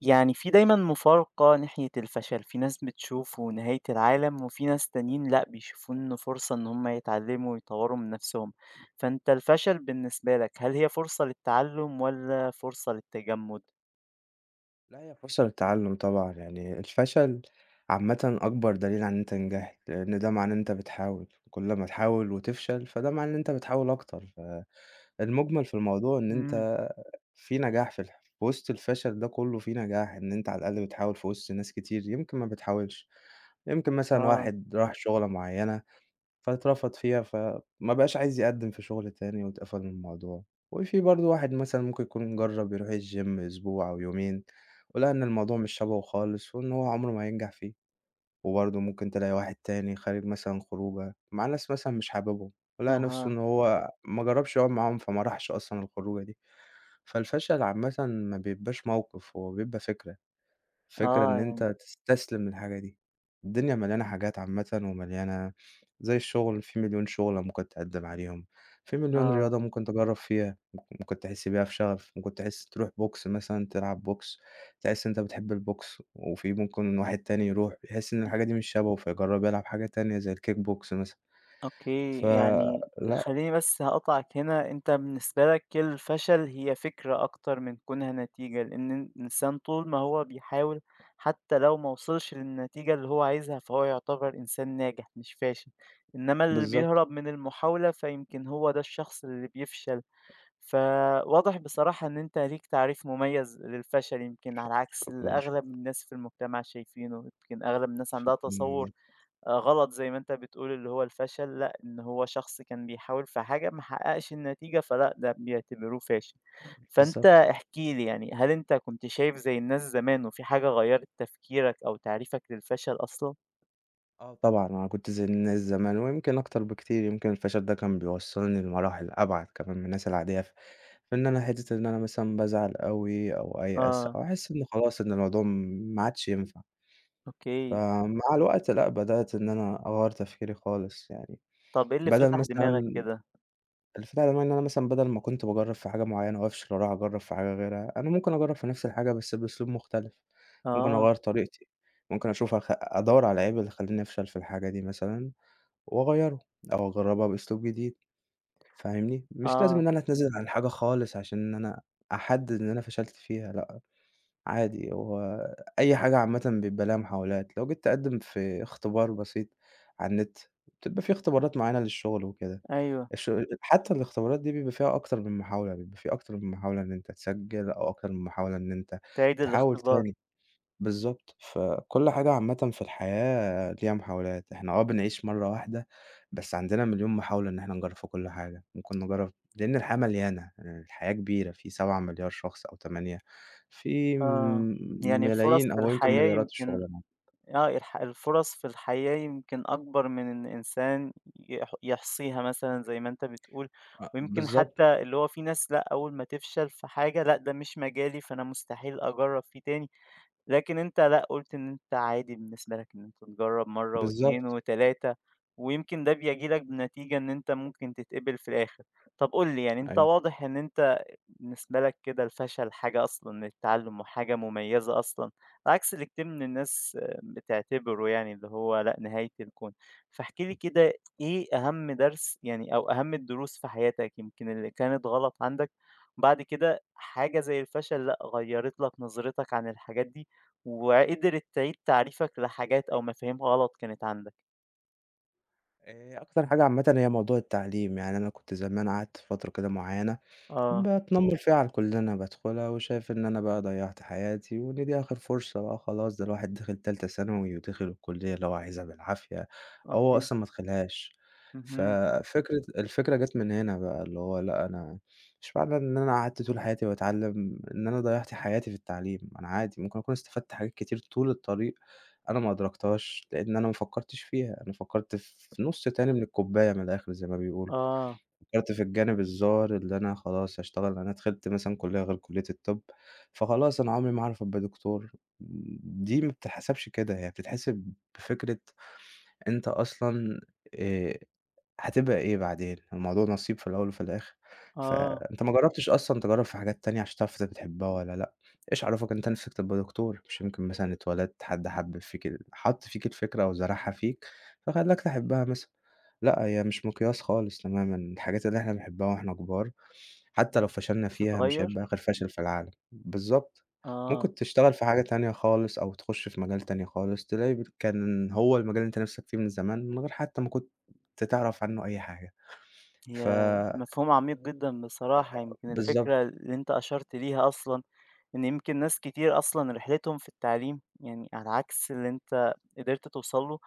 يعني في دايمًا مفارقة ناحية الفشل، في ناس بتشوفه نهاية العالم، وفي ناس تانيين لأ، بيشوفوه إنه فرصة إن هم يتعلموا ويطوروا من نفسهم، فأنت الفشل بالنسبة لك هل هي فرصة للتعلم والّا فرصة للتجمُّد؟ لأ، هي فرصة للتعلُّم طبعًا، يعني الفشل عامةً أكبر دليل على إن أنت نجحت، لإن ده معناه إن أنت بتحاول، كل ما تحاول وتفشل فده معناه إن أنت بتحاول أكتر، فالمُجمل في الموضوع إن إمم. أنت في نجاح في وسط الفشل ده كُلّه في نجاح، إن أنت على الأقل بتحاول في وسط ناس كتير يمكن ما بتحاولش، يمكن مثلًا آه، واحد راح شُغلة معيّنة فاترفض فيها، فما بقاش عايز يقدّم في شغل تاني واتقفل من الموضوع. وفي برضه واحد مثلًا ممكن يكون جرّب يروح الgym أسبوع أو يومين، ولقى إن الموضوع مش شبهه خالص وإن هو عمره ما هينجح فيه. وبرضه ممكن تلاقي واحد تاني خارج مثلًا خروجة مع ناس مثلًا مش حاببهم، ولقى نفسه أها، إن هو ما جرّبش يقعد معاهم فما راحش أصلًا الخروجة دي. فالفشل عامةً ما بيبقاش موقف، هو بيبقى فكرة. الفكرة آه إن أنت يعني، تستسلم للحاجة دي، الدنيا مليانة حاجات عامةً ومليانة، زي الشغل في مليون شغلة ممكن تقدّم عليهم، في مليون آه. رياضة ممكن تجرّب فيها، ممكن تحس بيها في شغف، ممكن تحس تروح بوكس مثلًا تلعب بوكس، تحس إن أنت بتحب البوكس، وفي ممكن واحد تاني يروح يحس إن الحاجة دي مش شبهه فيجرّب يلعب حاجة تانية زي الكيك بوكس مثلًا، أوكي، يعني فلأ. خلّيني بس هاقاطعك هنا، أنت بالنسبة لك الفشل هي فكرة أكتر من كونها نتيجة، لإن الإنسان طول ما هو بيحاول حتى لو ما وصلش للنتيجة اللي هو عايزها، فهو يعتبر إنسان ناجح مش فاشل، إنما اللي بالضبط، بيهرب من المحاولة فيمكن هو ده الشخص اللي بيفشل. فواضح بصراحة إن أنت ليك تعريف مميز للفشل يمكن على عكس اللي شكرًا، أغلب الناس في المجتمع شايفينه، يمكن أغلب الناس عندها شكرًا تصور جدًا، غلط زي ما أنت بتقول اللي هو الفشل، لأ، إن هو شخص كان بيحاول في حاجة ما حققش النتيجة، فلأ ده بيعتبروه فاشل. فأنت بالضبط. احكِ لي يعني هل أنت كنت شايف زي الناس زمان وفي حاجة غيّرت تفكيرك أو تعريفك للفشل أصلًا؟ آه طبعًا، أنا كنت زي الناس زمان ويمكن أكتر بكتير، يمكن الفشل ده كان بيوصّلني لمراحل أبعد كمان من الناس العادية في إن أنا حتّة إن أنا مثلًا بازعل أوي أو أيأس آه، أو أحس إن خلاص إن الموضوع ما عادش ينفع، أوكي. فمع الوقت لأ، بدأت إن أنا أغيّر تفكيري خالص يعني، طَب إيه اللي بدل فتح دماغك مثلًا كده؟ الفكرة إن أنا مثلًا بدل ما كنت باجرّب في حاجة معيّنة وأفشل وأروح أجرّب في حاجة غيرها، أنا ممكن أجرّب في نفس الحاجة بس بأسلوب مختلف، ممكن آه، أغيّر طريقتي، ممكن أشوف أدوّر على العيب اللي خلّاني أفشل في الحاجة دي مثلًا وأغيّره أو أجرّبها بأسلوب جديد، فاهمني؟ مش لازم آه، إن أنا أتنازل عن حاجة خالص عشان إن أنا أحدد إن أنا فشلت فيها لأ، عادي هو أي حاجة عامةً بيبقى لها محاولات، لو جيت تقدّم في اختبار بسيط على النت، بتبقى في اختبارات معيّنة للشغل وكده، أيوه، الش حتى الاختبارات دي بيبقى فيها أكتر من محاولة، بيبقى في أكتر من محاولة إن أنت تسجّل أو أكتر من محاولة إن أنت تعيد تحاول الاختبار. تاني. بالضبط، فكل حاجة عامةً في الحياة ليها محاولات، إحنا آه بنعيش مرّة واحدة، بس عندنا مليون محاولة إن إحنا نجرّب في كل حاجة، ممكن نجرّب لإن الحياة مليانة، يعني الحياة كبيرة، في 7.000.000.000 شخص أو 8، في آه، م يعني الفُرَص ملايين في أو يمكن الحياة مليارات يمكن الشغلانات، آه، الفُرَص في الحياة يمكن أكبر من إن إنسان يحصيها مثلًا زي ما أنت بتقول، ويمكن بالضبط، حتى اللي هو في ناس لأ، أول ما تفشل في حاجة لأ، ده مش مجالي فأنا مستحيل أجرّب فيه تاني. لكن أنت لأ، قُلت إن أنت عادي بالنسبة لك إن أنت تجرّب مرّة و2 بالضبط، و3 ويمكن ده بيجي لك بنتيجة إن أنت ممكن تتقبل في الآخر. طَب قُل لي يعني أنت أيوه. واضح إن أنت بالنسبة لك كده الفشل حاجة أصلًا للتعلُّم وحاجة مميزة أصلًا، عكس اللي كتير من الناس آه، بتعتبره يعني اللي هو لأ، نهاية الكون. فاحكِ لي كده إيه أهم درس يعني أو أهم الدروس في حياتك يمكن اللي كانت غلط عندك، وبعد كده حاجة زي الفشل لأ، غيّرت لك نظرتك عن الحاجات دي؟ وقدرت تعيد تعريفك لحاجات أو مفاهيم غلط كانت عندك. أكتر حاجة عامةً هي موضوع التعليم، يعني أنا كنت زمان قعدت فترة كده معيّنة آه، باتنمر فيها على الكلية اللي أنا بادخلها، وشايف إن أنا بقى ضيّعت حياتي، وإن دي آخر فرصة بقى خلاص، ده الواحد دخل تالتة ثانوي ودخل الكلية اللي هو عايزها بالعافية، أو هو أوكي، أصلًا ما دخلهاش. اهم، الفكرة جات من هنا بقى، اللي هو لأ، أنا مش معنى إن أنا قعدت طول حياتي باتعلم إن أنا ضيّعت حياتي في التعليم، أنا عادي ممكن أكون استفدت حاجات كتير طول الطريق أنا ما أدركتهاش، لإن أنا ما فكرتش فيها، أنا فكرت في نُص تاني من الكوباية من الآخر زي ما بيقولوا. آه، فكرت في الجانب الزار اللي أنا خلاص هاشتغل أنا دخلت مثلًا كلية غير كلية الطب، فخلاص أنا عمري ما هاعرف أبقى دكتور، دي ما بتتحسبش كده، هي بتتحسب بفكرة أنت أصلًا آآ هتبقى إيه بعدين؟ الموضوع نصيب في الأول وفي الآخر، آه، فأنت ما جرّبتش أصلًا تجرّب في حاجات تانية عشان تعرف أنت بتحبها والّا لأ، إيش عرفك أنت نِفْسك تبقى دكتور؟ مش يمكن مثلًا اتولدت حد حَبِّب فيك حَط فيك الفكرة أو زرعها فيك فخلّاك تحبها مثلًا، لأ هي مش مقياس خالص تمامًا، الحاجات اللي إحنا بنحبها وإحنا كبار حتى لو فشلنا فيها مش بتتغيّر؟ هيبقى آخر فشل في العالم، بالضبط، آه. ممكن تشتغل في حاجة تانية خالص أو تخش في مجال تاني خالص، تلاقي كان هو المجال اللي أنت نفسك فيه من زمان من غير حتى ما كنت تعرف عنه أي حاجة. ف هي مفهوم عميق جدًا بصراحة، يمكن بالضبط. الفكرة اللي أنت أشرت ليها أصلًا إن يمكن ناس كتير أصلًا رحلتهم في التعليم يعني على عكس اللي أنت قدرت توصل له،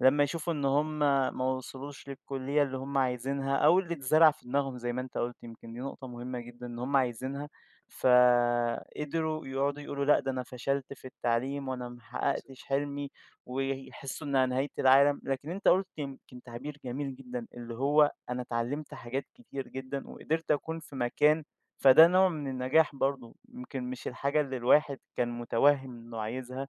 لمّا يشوفوا إن هم ما وصلوش للكلية اللي هم عايزينها أو اللي اتزرع في دماغهم زي ما أنت قُلت، يمكن دي نقطة مهمة جدًا إن هم عايزينها، فقدروا يقعدوا يقولوا لأ ده أنا فشلت في التعليم وأنا ما حققتش حلمي، ويحسوا إنها نهاية العالم، لكن أنت قُلت يمكن تعبير جميل جدًا اللي هو أنا اتعلمت حاجات كتير جدًا وقدرت أكون في مكان، فده نوع من النجاح برضه، يمكن مش الحاجة اللي الواحد كان متوهم إنه عايزها،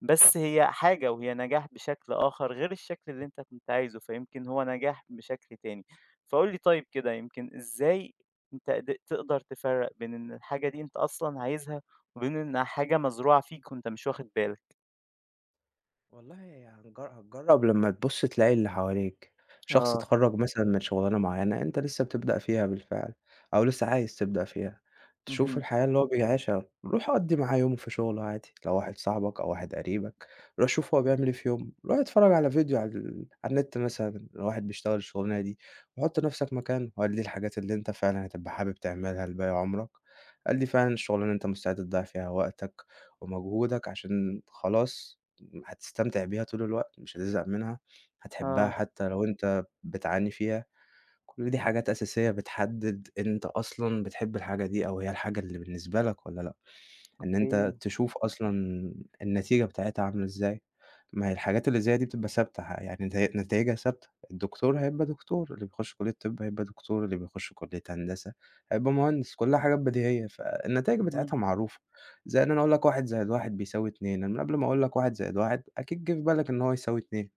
بس هي حاجة وهي نجاح بشكل آخر غير الشكل اللي أنت كنت عايزه، فيمكن هو نجاح بشكل تاني. فقُل لي طيب كده يمكن إزاي أنت قد تقدر تفرّق بين إن الحاجة دي أنت أصلًا عايزها وبين إنها حاجة مزروعة فيك وأنت مش واخد بالك؟ والله هي هتجرّب لمّا تبُص تلاقي اللي حواليك، شخص آه، اتخرّج مثلًا من شغلانة معيّنة أنت لسه بتبدأ فيها بالفعل، أو لسه عايز تبدأ فيها، تشوف اهم، الحياة اللي هو بيعيشها، روح قضّي معاه يوم في شغله عادي، لو واحد صاحبك أو واحد قريبك، روح شوف هو بيعمل إيه في يومه، روح اتفرّج على فيديو على النت مثلًا لواحد بيشتغل الشغلانة دي، وحُط نَفْسك مكانه، هل دي الحاجات اللي أنت فعلًا هتبقى حابب تعملها لباقي عمرك؟ هل دي فعلًا الشغلانة اللي أنت مستعد تضيّع فيها وقتك ومجهودك عشان خلاص هتستمتع بيها طول الوقت، مش هتزهق منها، هتحبها آه، حتى لو أنت بتعاني فيها. كل دي حاجات أساسية بتحدد أنت أصلًا بتحب الحاجة دي أو هي الحاجة اللي بالنسبة لك والّا لأ، إن أنت أوكي، تشوف أصلًا النتيجة بتاعتها عاملة إزاي، ما هي الحاجات اللي زي دي بتبقى ثابتة يعني نتايجها ثابتة، الدكتور هيبقى دكتور، اللي بيخش كلية طب هيبقى دكتور، اللي بيخش كلية هندسة هيبقى مهندس، كلها حاجات بديهية، فالنتايج اهم، بتاعتها معروفة، زي إن أنا أقول لك 1 زائد 1 بيساوي 2، أنا من قبل ما أقول لك 1 زائد 1 أكيد جِه في بالك إن هو يساوي 2.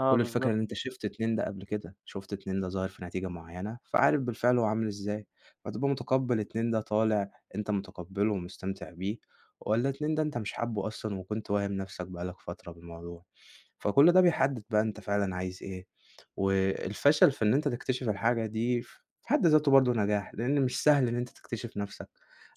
آه كل الفكرة بالضبط، إن أنت شِفت 2 ده قبل كده، شُفت 2 ده ظاهر في نتيجة معيّنة، فعارف بالفعل هو عامل إزاي، فتبقى متقبّل 2 ده طالع أنت متقبّله ومستمتع بيه، والّا 2 ده أنت مش حابّه أصلًا وكنت واهم نَفْسك بقى لك فترة بالموضوع. فكل ده بيحدّد بقى أنت فعلًا عايز إيه، والفشل في إن أنت تكتشف الحاجة دي في حد ذاته برضه نجاح، لإن مش سهل إن أنت تكتشف نَفْسك،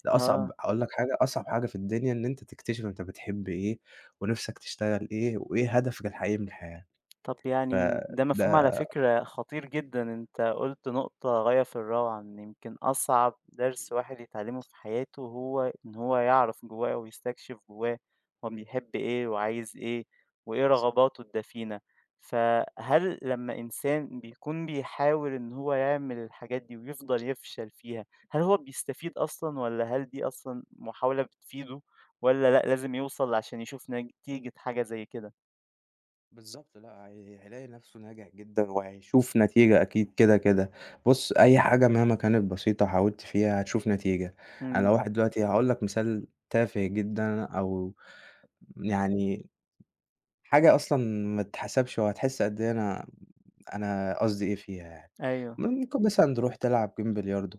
ده أصعب آه. هاقول لك حاجة، أصعب حاجة في الدنيا إن أنت تكتشف أنت بتحب إيه ونِفْسك تشتغل إيه وإيه هدفك الحقيقي من الحياة. طب يعني ده مفهوم على فده فكرة خطير جدًا، أنت قُلت نقطة غاية في الروعة، إن يمكن أصعب درس الواحد يتعلمه في حياته هو إن هو يعرف جواه ويستكشف جواه هو بيحب إيه وعايز إيه وإيه بالضبط، رغباته الدفينة، فهل لمّا إنسان بيكون بيحاول إن هو يعمل الحاجات دي ويفضل يفشل فيها، هل هو بيستفيد أصلًا والّا هل دي أصلًا محاولة بتفيده والّا لأ لازم يوصل عشان يشوف نتيجة حاجة زي كده؟ بالضبط، لأ هي هيلاقي نفسه ناجح جدًا وهيشوف نتيجة أكيد كده، كده. بُص، أي حاجة مهما كانت بسيطة حاولت فيها هتشوف نتيجة. أنا لو إمم، واحد دلوقتي هاقول لك مثال تافه جدًا أو يعني حاجة أصلًا ما تتحسبش وهتحس قد إيه أنا قصدي إيه فيها يعني. أيوه. ممكن مثلًا تروح تلعب game بلياردو،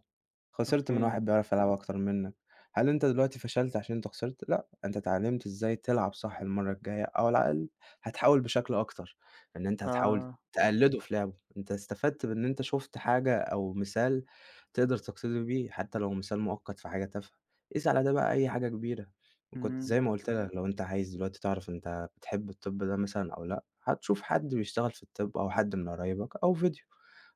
خسرت من أوكي. واحد بيعرف يلعبها أكتر منك، هل أنت دلوقتي فشلت عشان أنت خسرت؟ لأ، أنت اتعلمت إزاي تلعب صح المرّة الجاية، أو على الأقل هتحاول بشكل أكتر، إن أنت هتحاول آه. تقلده في لعبه، أنت استفدت بإن أنت شُفت حاجة أو مثال تقدر تقتدي بيه، حتى لو مثال مؤقت في حاجة تافهة، قيس على ده بقى أي حاجة كبيرة. وكنت إمم. زي ما قُلت لك لو أنت عايز دلوقتي تعرف أنت بتحب الطب ده مثلًا أو لأ، هتشوف حد بيشتغل في الطب أو حد من قرايبك أو فيديو،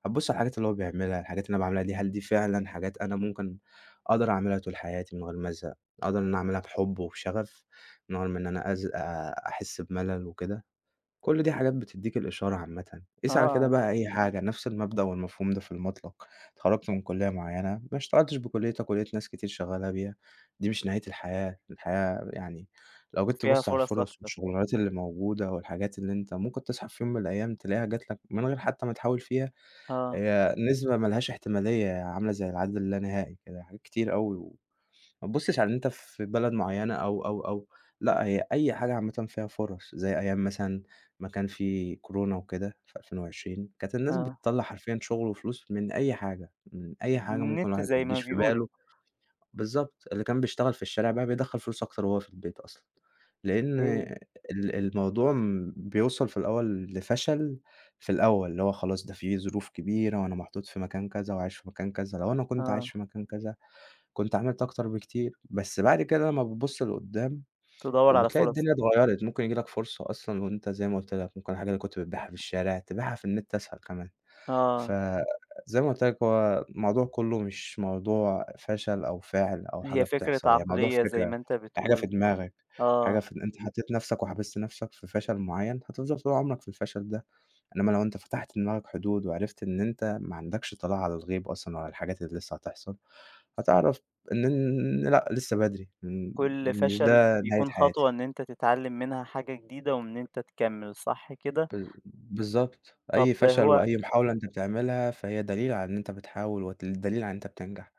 هتبُص على الحاجات اللي هو بيعملها، الحاجات اللي أنا باعملها دي هل دي فعلًا حاجات أنا ممكن أقدر أعملها طول حياتي من غير ما أزهق، أقدر إن أنا أعملها بحب وبشغف من غير ما إن أنا أز أحس بملل وكده؟ كل دي حاجات بتدّيك الإشارة عامةً، قيس على كده آه. بقى أي حاجة، نفس المبدأ والمفهوم ده في المطلق، اتخرّجت من كُلّية معيّنة، ما اشتغلتش بكُلّيتك ولقيت ناس كتير شغّالة بيها، دي مش نهاية الحياة، الحياة يعني لو جيت فيها تبُص على فرص الفُرَص أكتر. والشغلانات اللي موجودة والحاجات اللي أنت ممكن تصحى في يوم من الأيام تلاقيها جات لك من غير حتى ما تحاول فيها آه، هي نسبة ما لهاش احتمالية، عاملة زي العدد اللانهائي كده، حاجات كتير أوي ما تبُصّش على إن أنت في بلد معيّنة أو، أو، أو، لأ، هي أي حاجة عامةً فيها فرص، زي أيام مثلًا ما كان في كورونا وكده في 2020 كانت الناس آه. بتطلّع حرفيًا شغل وفلوس من أي حاجة، من أي حاجة ممكن النت الواحد ما زي ما تجيش في بيقولوا. باله. بالضبط، اللي كان بيشتغل في الشارع بقى بيدخّل فلوس أكتر وهو في البيت أصلًا، لإن أوكي. الموضوع بيوصل في الأول لفشل في الأول، اللي هو خلاص ده في ظروف كبيرة وأنا محطوط في مكان كذا وعايش في مكان كذا، لو أنا كنت آه. عايش في مكان كذا كنت عملت أكتر بكتير، بس بعد كده لمّا بتبُص لقدّام تدوّر على وبتلاقي فرص. الدنيا اتغيّرت، ممكن ييجي لك فرصة أصلًا وأنت زي ما قُلت لك، ممكن الحاجة اللي كنت بتبيعها في الشارع تبيعها في النت أسهل كمان. آه. فزي ما قُلت لك هو الموضوع كُلّه مش موضوع فشل أو فِعل أو حاجة هي فكرة بتحصل، هي موضوع عقلية زي فكرة، ما أنت هي حاجة بتقول. في دماغك، حاجة آه. في أنت حطّيت نَفْسك وحبست نَفْسك في فشل معيّن، هتفضل طول عمرك في الفشل ده، إنّما لو أنت فتحت دماغك حدود وعرفت إن أنت ما عندكش إطلاع على الغيب أصلًا وعلى الحاجات اللي لسّه هتحصل، هتعرف إن لأ لسّه بدري، كل مش فشل ده نهاية بيكون حياتي. خطوة إن أنت تتعلّم منها حاجة جديدة وإن أنت تكمّل، صح كده؟ بالضبط، أي طب فشل هو وأي محاولة أنت بتعملها فهي دليل على إن أنت بتحاول ودليل على إن أنت بتنجح.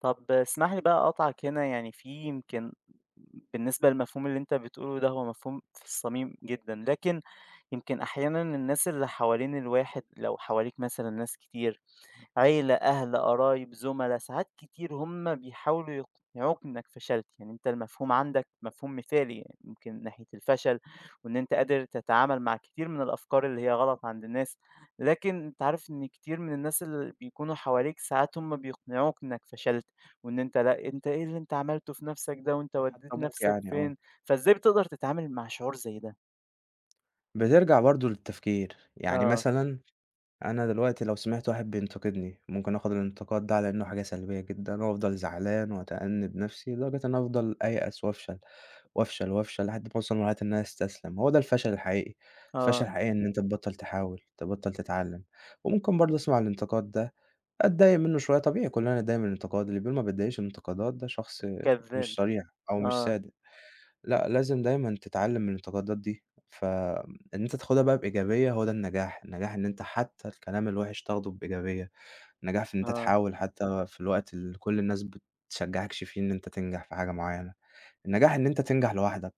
طب اسمح لي بقى أقاطعك هنا، يعني في يمكن بالنسبة للمفهوم اللي أنت بتقوله ده، هو مفهوم في الصميم جدًا، لكن يمكن أحيانا الناس اللي حوالين الواحد لو حواليك مثلا ناس كتير عيلة أهل قرايب زملاء ساعات كتير هم بيحاولوا يقنعوك إنك فشلت يعني أنت المفهوم عندك مفهوم مثالي يعني يمكن ناحية الفشل وإن أنت قادر تتعامل مع كتير من الأفكار اللي هي غلط عند الناس لكن أنت عارف إن كتير من الناس اللي بيكونوا حواليك ساعات هم بيقنعوك إنك فشلت وإن أنت لأ أنت إيه اللي أنت عملته في نفسك ده وأنت وديت بيحطموك نفسك يعني آه. فين فإزاي بتقدر تتعامل مع شعور زي ده؟ بترجع برضه للتفكير، يعني آه مثلًا أنا دلوقتي لو سمعت واحد بينتقدني، ممكن آخد الانتقاد ده على إنه حاجة سلبية جدًا وأفضل زعلان وأتأنب نفسي لدرجة إن أنا أفضل أيأس وأفشل، وأفشل، وأفشل لحد ما أوصل لمرحلة إن أنا أستسلم، هو ده الفشل الحقيقي، الفشل آه الحقيقي إن أنت تبطّل تحاول، تبطّل تتعلم. وممكن برضه أسمع الانتقاد ده، أتضايق منه شوية، طبيعي كلنا نتضايق من الانتقاد، اللي بيقول ما بيتضايقش من الانتقادات ده شخص مش كذاب، صريح أو مش آه، صادق. لأ، لازم دايمًا تتعلم من التجربات دي، فإن أنت تاخدها بقى بإيجابية هو ده النجاح، النجاح إن أنت حتى الكلام الوحش تاخده بإيجابية، النجاح في إن أنت آه، تحاول حتى في الوقت اللي كل الناس بتشجعكش فيه إن أنت تنجح في حاجة معينة، النجاح إن أنت تنجح لوحدك،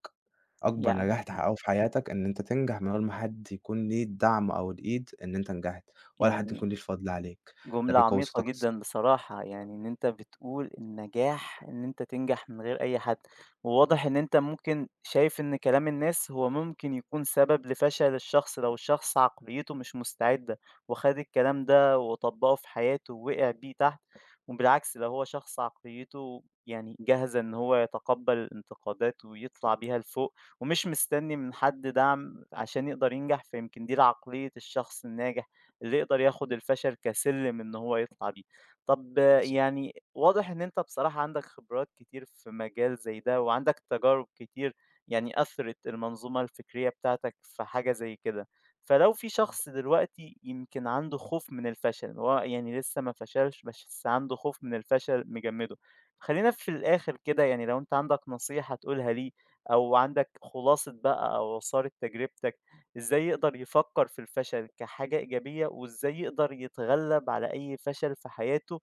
أكبر نجاح يعني تحققه في حياتك إن أنت تنجح من غير ما حد يكون ليه الدعم أو الإيد إن أنت نجحت، ولا حد يعني يكون ليه الفضل عليك، ده جملة بيقوي عميقة ثقتك جدًا بصراحة، يعني إن أنت بتقول النجاح إن أنت تنجح من غير أي حد، وواضح إن أنت ممكن شايف إن كلام الناس هو ممكن يكون سبب لفشل الشخص لو الشخص عقليته مش مستعدة، وخد الكلام ده وطبّقه في حياته ووقع بيه تحت، وبالعكس لو هو شخص عقليته يعني جاهزة إن هو يتقبّل الانتقادات ويطلع بيها لفوق، ومش مستني من حد دعم عشان يقدر ينجح، فيمكن دي العقلية الشخص الناجح. اللي يقدر ياخد الفشل كسلم إن هو يطلع بيه. طب آه، بالضبط. يعني واضح إن أنت بصراحة عندك خبرات كتير في مجال زي ده، وعندك تجارب كتير يعني أثرت المنظومة الفكرية بتاعتك في حاجة زي كده. فلو في شخص دلوقتي يمكن عنده خوف من الفشل، هو يعني لسه ما فشلش بس عنده خوف من الفشل مجمده، خلينا في الآخر كده يعني لو أنت عندك نصيحة تقولها ليه أو عندك خلاصة بقى أو عصارة تجربتك إزاي يقدر يفكّر في الفشل كحاجة إيجابية، وإزاي يقدر يتغلّب على أي فشل في حياته،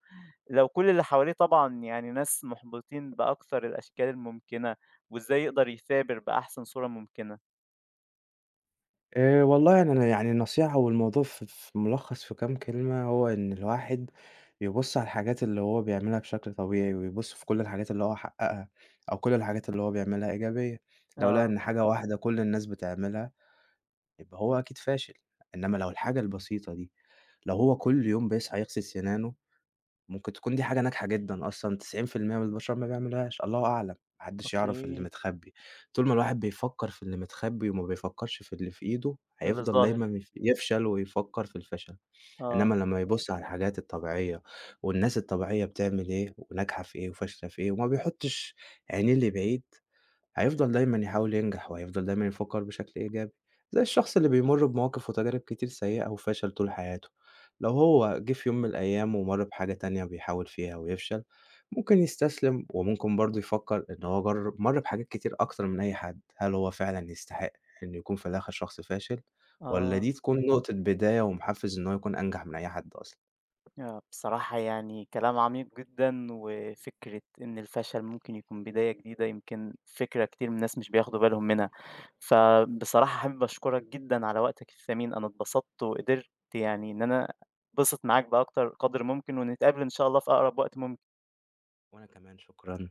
لو كل اللي حواليه طبعًا يعني ناس مُحبطين بأكتر الأشكال الممكنة، وإزاي يقدر يثابر بأحسن صورة ممكنة؟ والله يعني أنا يعني النصيحة والموضوع في ملخص في كام كلمة، هو إن الواحد يبُص على الحاجات اللي هو بيعملها بشكل طبيعي، ويبُص في كل الحاجات اللي هو حققها، أو كل الحاجات اللي هو بيعملها إيجابية. لو لقى آه، إن حاجة واحدة كل الناس بتعملها، يبقى هو أكيد فاشل، إنما لو الحاجة البسيطة دي، لو هو كل يوم بيصحى يغسل سنانه ممكن تكون دي حاجة ناجحة جدًا أصلًا 90% من البشر ما بيعملوهاش، الله أعلم، ما حدش يعرف اللي أوكي، متخبي. طول ما الواحد بيفكّر في اللي متخبي وما بيفكّرش في اللي في إيده، اللي هيفضل ظاهر، دايمًا يفشل ويفكّر في الفشل، آه، إنما لمّا يبُص على الحاجات الطبيعية والناس الطبيعية بتعمل إيه وناجحة في إيه وفاشلة في إيه وما بيحطش عينيه لبعيد هيفضل دايمًا يحاول ينجح، وهيفضل دايمًا يفكّر بشكل إيجابي، زي الشخص اللي بيمُر بمواقف وتجارب كتير سيئة وفشل طول حياته، لو هو جه في يوم من الأيام ومَر بحاجة تانية بيحاول فيها ويفشل، ممكن يستسلم وممكن برضه يفكّر إن هو جرّب مَر بحاجات كتير أكتر من أي حد، هل هو فعلًا يستحق إنه يكون في الآخر شخص فاشل والّا آه. دي تكون نقطة بداية ومحفّز إن هو يكون أنجح من أي حد أصلًا؟ آه، بصراحة يعني كلام عميق جدًا، وفكرة إن الفشل ممكن يكون بداية جديدة يمكن فكرة كتير من الناس مش بياخدوا بالهم منها، فبصراحة حابب أشكرك جدًا على وقتك الثمين، أنا اتبسطت وقدرت يعني إن أنا أتبسط معاك بأكتر قدر ممكن، ونتقابل إن شاء الله في أقرب وقت ممكن. وأنا كمان شكرًا.